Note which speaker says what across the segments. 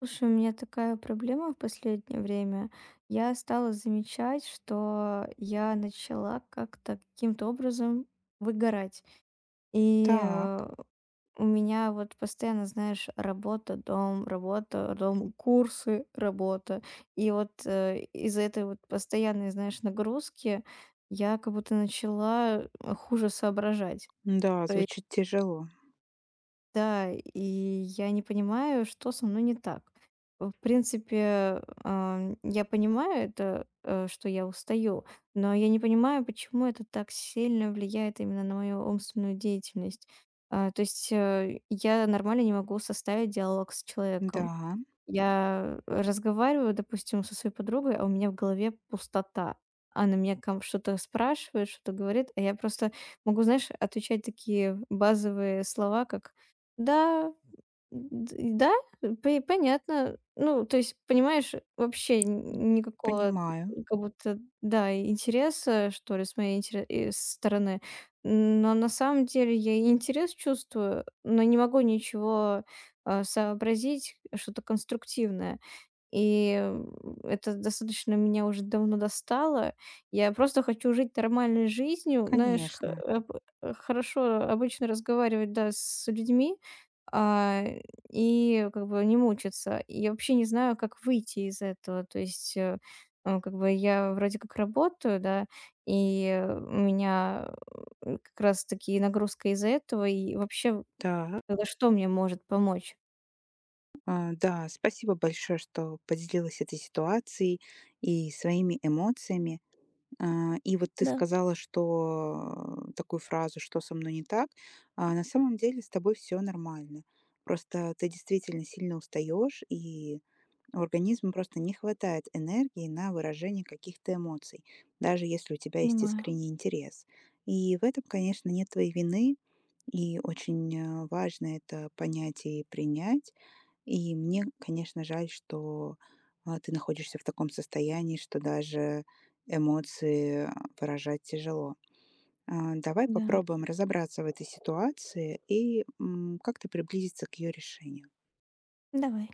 Speaker 1: Слушай, у меня такая проблема в последнее время. Я стала замечать, что я начала как-то каким-то образом выгорать. И
Speaker 2: Так,
Speaker 1: э, у меня вот постоянно, знаешь, работа, дом, курсы, работа. И вот из-за этой вот постоянной, знаешь, нагрузки я как будто начала хуже соображать.
Speaker 2: да,
Speaker 1: То
Speaker 2: звучит тяжело.
Speaker 1: да, и я не понимаю, что со мной не так. В принципе, я понимаю это, что я устаю, но я не понимаю, почему это так сильно влияет именно на мою умственную деятельность. То есть я нормально не могу составить диалог с человеком.
Speaker 2: Да,
Speaker 1: Я разговариваю, допустим, со своей подругой, а у меня в голове пустота. Она меня ком что-то спрашивает, что-то говорит, а я просто могу, знаешь, отвечать такие базовые слова, как "да", Д да, по понятно. Ну, то есть, понимаешь, вообще н никакого
Speaker 2: понимаю,
Speaker 1: как будто, да, интереса, что ли, с моей стороны. Но на самом деле я и интерес чувствую, но не могу ничего, сообразить, что-то конструктивное. И, это достаточно меня уже давно достало. Я просто хочу жить нормальной жизнью, знаешь, х
Speaker 2: конечно.
Speaker 1: об хорошо обычно разговаривать, да, с людьми, а, и как бы не мучиться. И я вообще не знаю, как выйти из этого. То есть, как бы я вроде как работаю, да, и у меня, как раз таки нагрузка из-за этого. И вообще,
Speaker 2: Так,
Speaker 1: тогда что мне может помочь?
Speaker 2: да, спасибо большое, что поделилась этой ситуацией и своими эмоциями. И вот ты
Speaker 1: Да.
Speaker 2: сказала, что такую фразу, что со мной не так, а на самом деле с тобой все нормально. Просто ты действительно сильно устаешь, и у организма просто не хватает энергии на выражение каких-то эмоций, даже если у тебя есть
Speaker 1: Понимаю,
Speaker 2: искренний интерес. И в этом, конечно, нет твоей вины, и очень важно это понять и принять. И мне, конечно, жаль, что ты находишься в таком состоянии, что даже эмоции выражать тяжело. Давай
Speaker 1: да.
Speaker 2: попробуем разобраться в этой ситуации и как-то приблизиться к ее решению.
Speaker 1: Давай.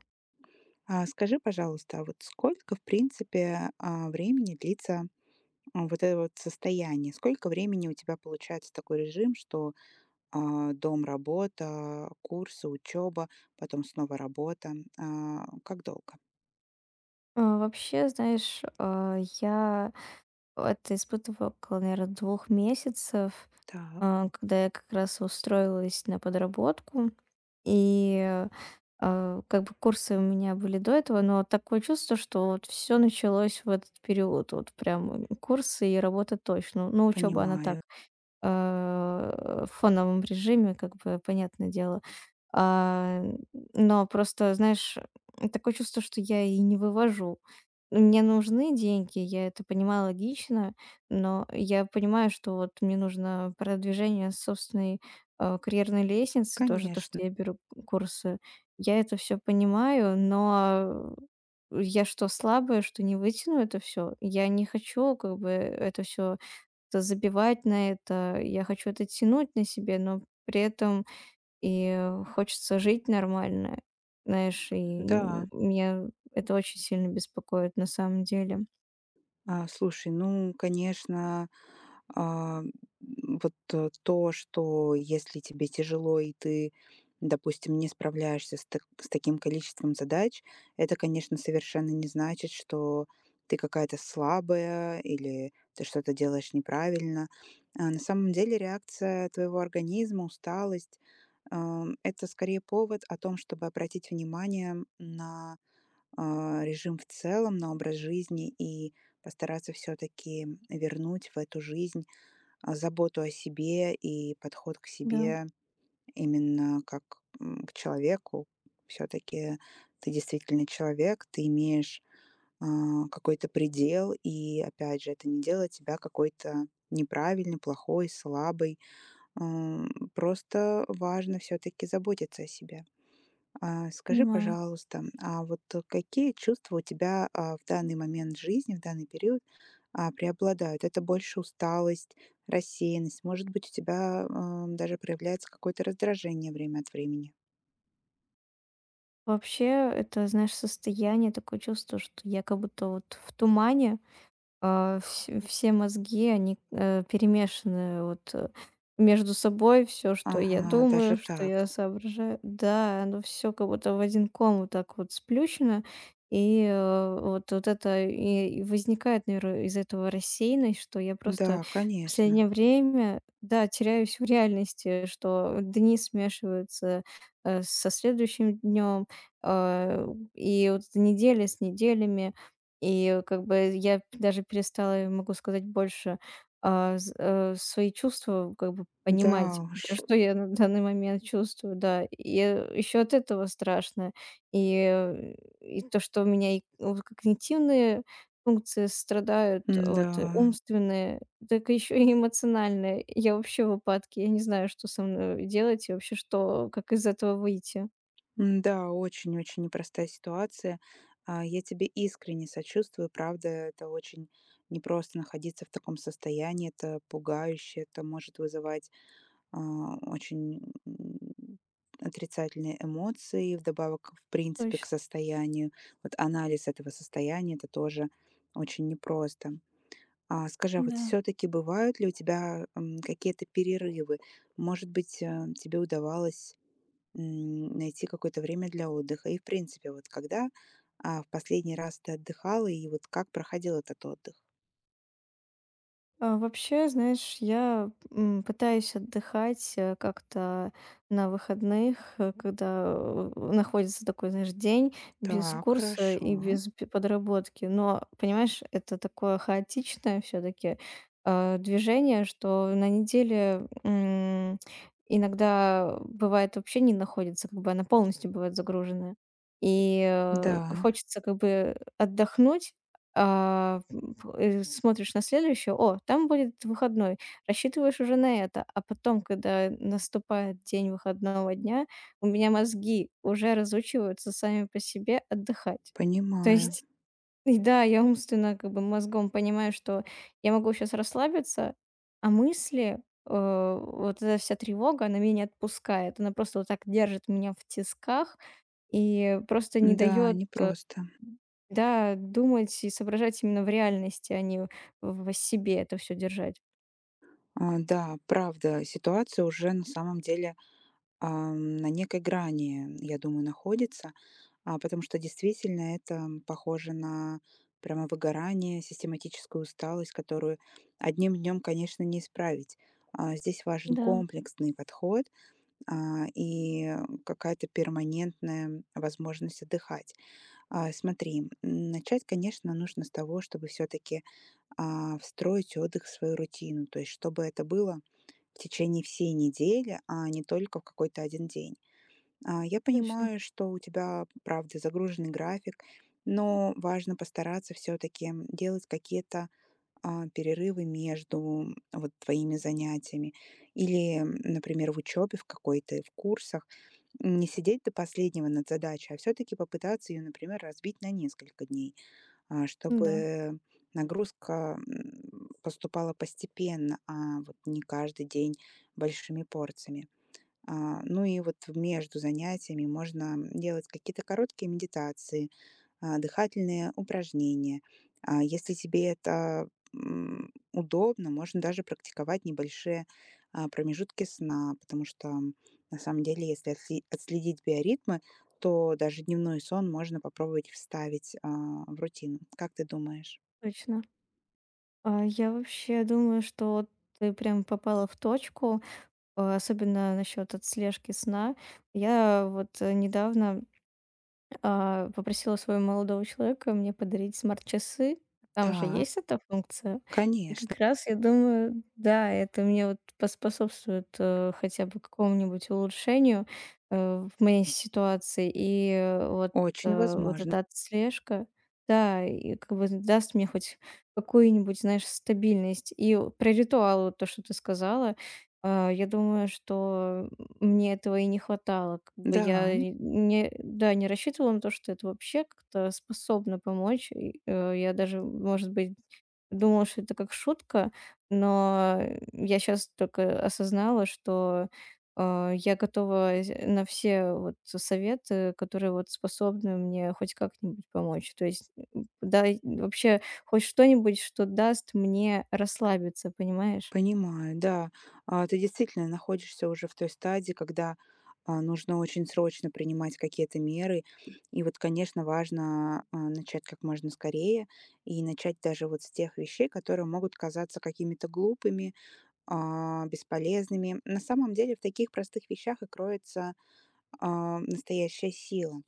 Speaker 2: А скажи, пожалуйста, а вот сколько, в принципе, времени длится, вот это вот состояние? Сколько времени у тебя получается такой режим, что, дом, работа, курсы, учеба, потом снова работа? Как долго?
Speaker 1: Вообще, знаешь, я это испытывала около, наверно, 2 месяцев,
Speaker 2: Так.
Speaker 1: когда я как раз устроилась на подработку. И, как бы курсы у меня были до этого, но такое чувство, что вот все началось в этот период. Вот прям курсы и работа точно. Ну, учеба она так
Speaker 2: Понимаю.
Speaker 1: в фоновом режиме, как бы, понятное дело. А, но просто, знаешь, такое чувство, что я и не вывожу. Мне нужны деньги, я это понимаю логично, но я понимаю, что вот мне нужно продвижение собственной, карьерной лестницы, тоже то,
Speaker 2: Конечно,
Speaker 1: что я беру курсы. Я это все понимаю, но я что, слабая, что не вытяну это все? Я не хочу как бы это все как-то забивать на это. Я хочу это тянуть на себе, но при этом и хочется жить нормально, знаешь, и
Speaker 2: да.
Speaker 1: меня это очень сильно беспокоит на самом деле.
Speaker 2: Слушай, ну, конечно, а, вот то, что если тебе тяжело и ты, допустим, не справляешься с таким количеством задач, это, конечно, совершенно не значит, что ты какая-то слабая или ты что-то делаешь неправильно. А на самом деле реакция твоего организма, усталость, это скорее повод о том, чтобы обратить внимание на режим в целом, на образ жизни и постараться все-таки вернуть в эту жизнь заботу о себе и подход к
Speaker 1: Да,
Speaker 2: себе именно как к человеку. Все-таки ты действительно человек, ты имеешь какой-то предел, и опять же, это не делает тебя какой-то неправильный, плохой, слабый. Просто важно все-таки заботиться о себе. Скажи,
Speaker 1: понимаю.
Speaker 2: пожалуйста, а вот какие чувства у тебя, в данный момент жизни, в данный период, преобладают? Это больше усталость, рассеянность? Может быть, у тебя, даже проявляется какое-то раздражение время от времени?
Speaker 1: Вообще, это, знаешь, состояние, такое чувство, что я как будто вот в тумане, все мозги, они перемешаны между собой, все, что я
Speaker 2: Ага, даже
Speaker 1: думаю, что я
Speaker 2: так.
Speaker 1: соображаю. Да, оно все как будто в один ком вот так вот сплющено. Вот это и возникает, наверное, из этого рассеянность, что я просто
Speaker 2: Да,
Speaker 1: в
Speaker 2: конечно.
Speaker 1: последнее время, да, теряюсь в реальности, что дни смешиваются со следующим днем, а, и вот недели с неделями. И как бы я даже перестала, могу сказать, больше, свои чувства как бы
Speaker 2: Да
Speaker 1: понимать,
Speaker 2: уж.
Speaker 1: вообще, что я на данный момент чувствую, да. И еще от этого страшно. И э, и то, что у меня ну, вот когнитивные функции страдают,
Speaker 2: Да,
Speaker 1: вот, и умственные, так еще и эмоциональные. Я вообще в упадке, я не знаю, что со мной делать и вообще, что как из этого выйти.
Speaker 2: да, очень-очень непростая ситуация. Я тебе искренне сочувствую. Правда, это очень непросто находиться в таком состоянии. Это пугающе, это может вызывать, очень м, отрицательные эмоции, вдобавок, в принципе, к
Speaker 1: Точно,
Speaker 2: состоянию. Вот анализ этого состояния, это тоже очень непросто. А скажи, а вот
Speaker 1: да.
Speaker 2: все-таки бывают ли у тебя какие-то перерывы? Может быть, тебе удавалось найти какое-то время для отдыха? И, в принципе, вот когда в последний раз ты отдыхала, и вот как проходил этот отдых?
Speaker 1: Вообще, знаешь, я пытаюсь отдыхать, как-то на выходных, когда, находится такой, знаешь, день без
Speaker 2: Так,
Speaker 1: курса и
Speaker 2: хорошо.
Speaker 1: без п подработки. Но, понимаешь, это такое хаотичное все таки движение, что на неделе, иногда бывает вообще не находится, как бы она полностью бывает загруженная.
Speaker 2: Да,
Speaker 1: Хочется как бы отдохнуть, а, м, смотришь на следующее: "О, там будет выходной". Рассчитываешь уже на это. А потом, когда наступает день выходного дня, у меня мозги уже разучиваются сами по себе отдыхать. То
Speaker 2: понимаю.
Speaker 1: есть, и да, я умственно как бы мозгом понимаю, что я могу сейчас расслабиться, а вот эта вся тревога, она меня не отпускает. Она просто вот так держит меня в тисках и просто не
Speaker 2: Да,
Speaker 1: дает
Speaker 2: непросто.
Speaker 1: да, думать и соображать именно в реальности, а не в себе это все держать.
Speaker 2: Да, правда, ситуация уже на самом деле, на некой грани, я думаю, находится, потому что действительно это похоже на прямо выгорание, систематическую усталость, которую одним днем, конечно, не исправить. Здесь важен
Speaker 1: Да,
Speaker 2: комплексный подход, и какая-то перманентная возможность отдыхать. Смотри, начать, конечно, нужно с того, чтобы все-таки встроить отдых в свою рутину. То есть чтобы это было в течение всей недели, а не только в какой-то один день. Я
Speaker 1: точно.
Speaker 2: понимаю, что у тебя, правда, загруженный график, но важно постараться все-таки делать какие-то перерывы между вот твоими занятиями или, например, в учебе в какой-то, в курсах, не сидеть до последнего над задачей, а все-таки попытаться ее, например, разбить на несколько дней
Speaker 1: Да,
Speaker 2: чтобы нагрузка, поступала постепенно, а вот не каждый день большими порциями. Ну и вот между занятиями можно делать какие-то короткие медитации, дыхательные упражнения. Если тебе это удобно, можно даже практиковать небольшие промежутки сна, потому что на самом деле, если отследить биоритмы, то даже дневной сон можно попробовать вставить в рутину. Как ты думаешь?
Speaker 1: точно. Я вообще думаю, что вот ты прям попала в точку, особенно насчет отслежки сна. Я вот, недавно попросила своего молодого человека мне подарить смарт-часы. Там же
Speaker 2: Да,
Speaker 1: есть эта функция. И
Speaker 2: конечно,
Speaker 1: как раз я думаю, да, это мне вот поспособствует, хотя бы какому-нибудь улучшению, в моей ситуации. И, э, вот,
Speaker 2: очень
Speaker 1: э, вот
Speaker 2: возможно.
Speaker 1: эта отслежка, да, и как бы даст мне хоть какую-нибудь, знаешь, стабильность. И про ритуал, вот то, что ты сказала, я думаю, что мне этого и не хватало, как бы
Speaker 2: Да.
Speaker 1: я и не да, не рассчитывала на то, что это вообще как-то способно помочь. Я даже, может быть, думала, что это как шутка, но я сейчас только осознала, что, я готова з на все вот советы, которые вот способны мне хоть как-нибудь помочь. То есть, дай вообще хоть что-нибудь, что даст мне расслабиться, понимаешь?
Speaker 2: Понимаю, да. Ты действительно находишься уже в той стадии, когда, нужно очень срочно принимать какие-то меры. И вот, конечно, важно, начать как можно скорее и начать даже вот с тех вещей, которые могут казаться какими-то глупыми, бесполезными. На самом деле в таких простых вещах и кроется настоящая сила.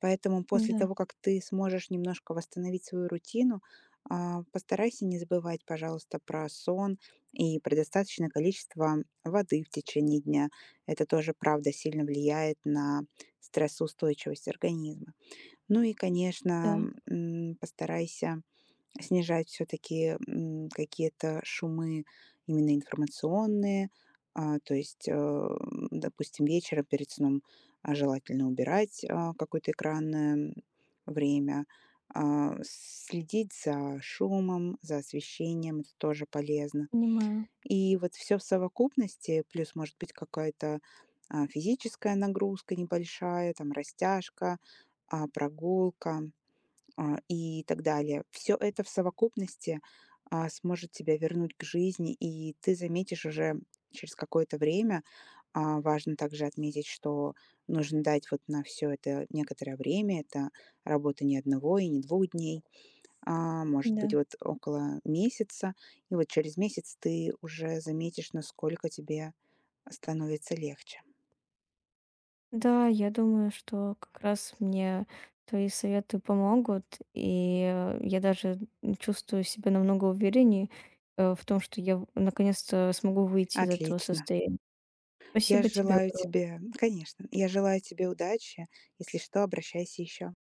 Speaker 2: Поэтому после
Speaker 1: Да,
Speaker 2: того, как ты сможешь немножко восстановить свою рутину, постарайся не забывать, пожалуйста, про сон и про достаточное количество воды в течение дня. Это тоже, правда, сильно влияет на стрессоустойчивость организма. Ну и, конечно,
Speaker 1: да,
Speaker 2: постарайся снижать все таки какие-то шумы именно информационные, то есть, допустим, вечером перед сном, желательно убирать, какое-то экранное время, следить за шумом, за освещением, это тоже полезно.
Speaker 1: понимаю,
Speaker 2: И вот все в совокупности, плюс, может быть, какая-то, физическая нагрузка небольшая, там растяжка, прогулка и так далее. Все это в совокупности сможет тебя вернуть к жизни, и ты заметишь уже через какое-то время. Важно также отметить, что нужно дать вот на все это некоторое время. Это работа не одного и не двух дней, а может быть
Speaker 1: да.
Speaker 2: вот около месяца. И вот через месяц ты уже заметишь, насколько тебе становится легче.
Speaker 1: Да, я думаю, что как раз мне твои советы помогут, и я даже чувствую себя намного увереннее в том, что я наконец-то смогу выйти из этого
Speaker 2: Отлично.
Speaker 1: состояния.
Speaker 2: Я
Speaker 1: Спасибо тебе
Speaker 2: желаю
Speaker 1: огромное.
Speaker 2: тебе, конечно, я желаю тебе удачи. Если что, обращайся еще.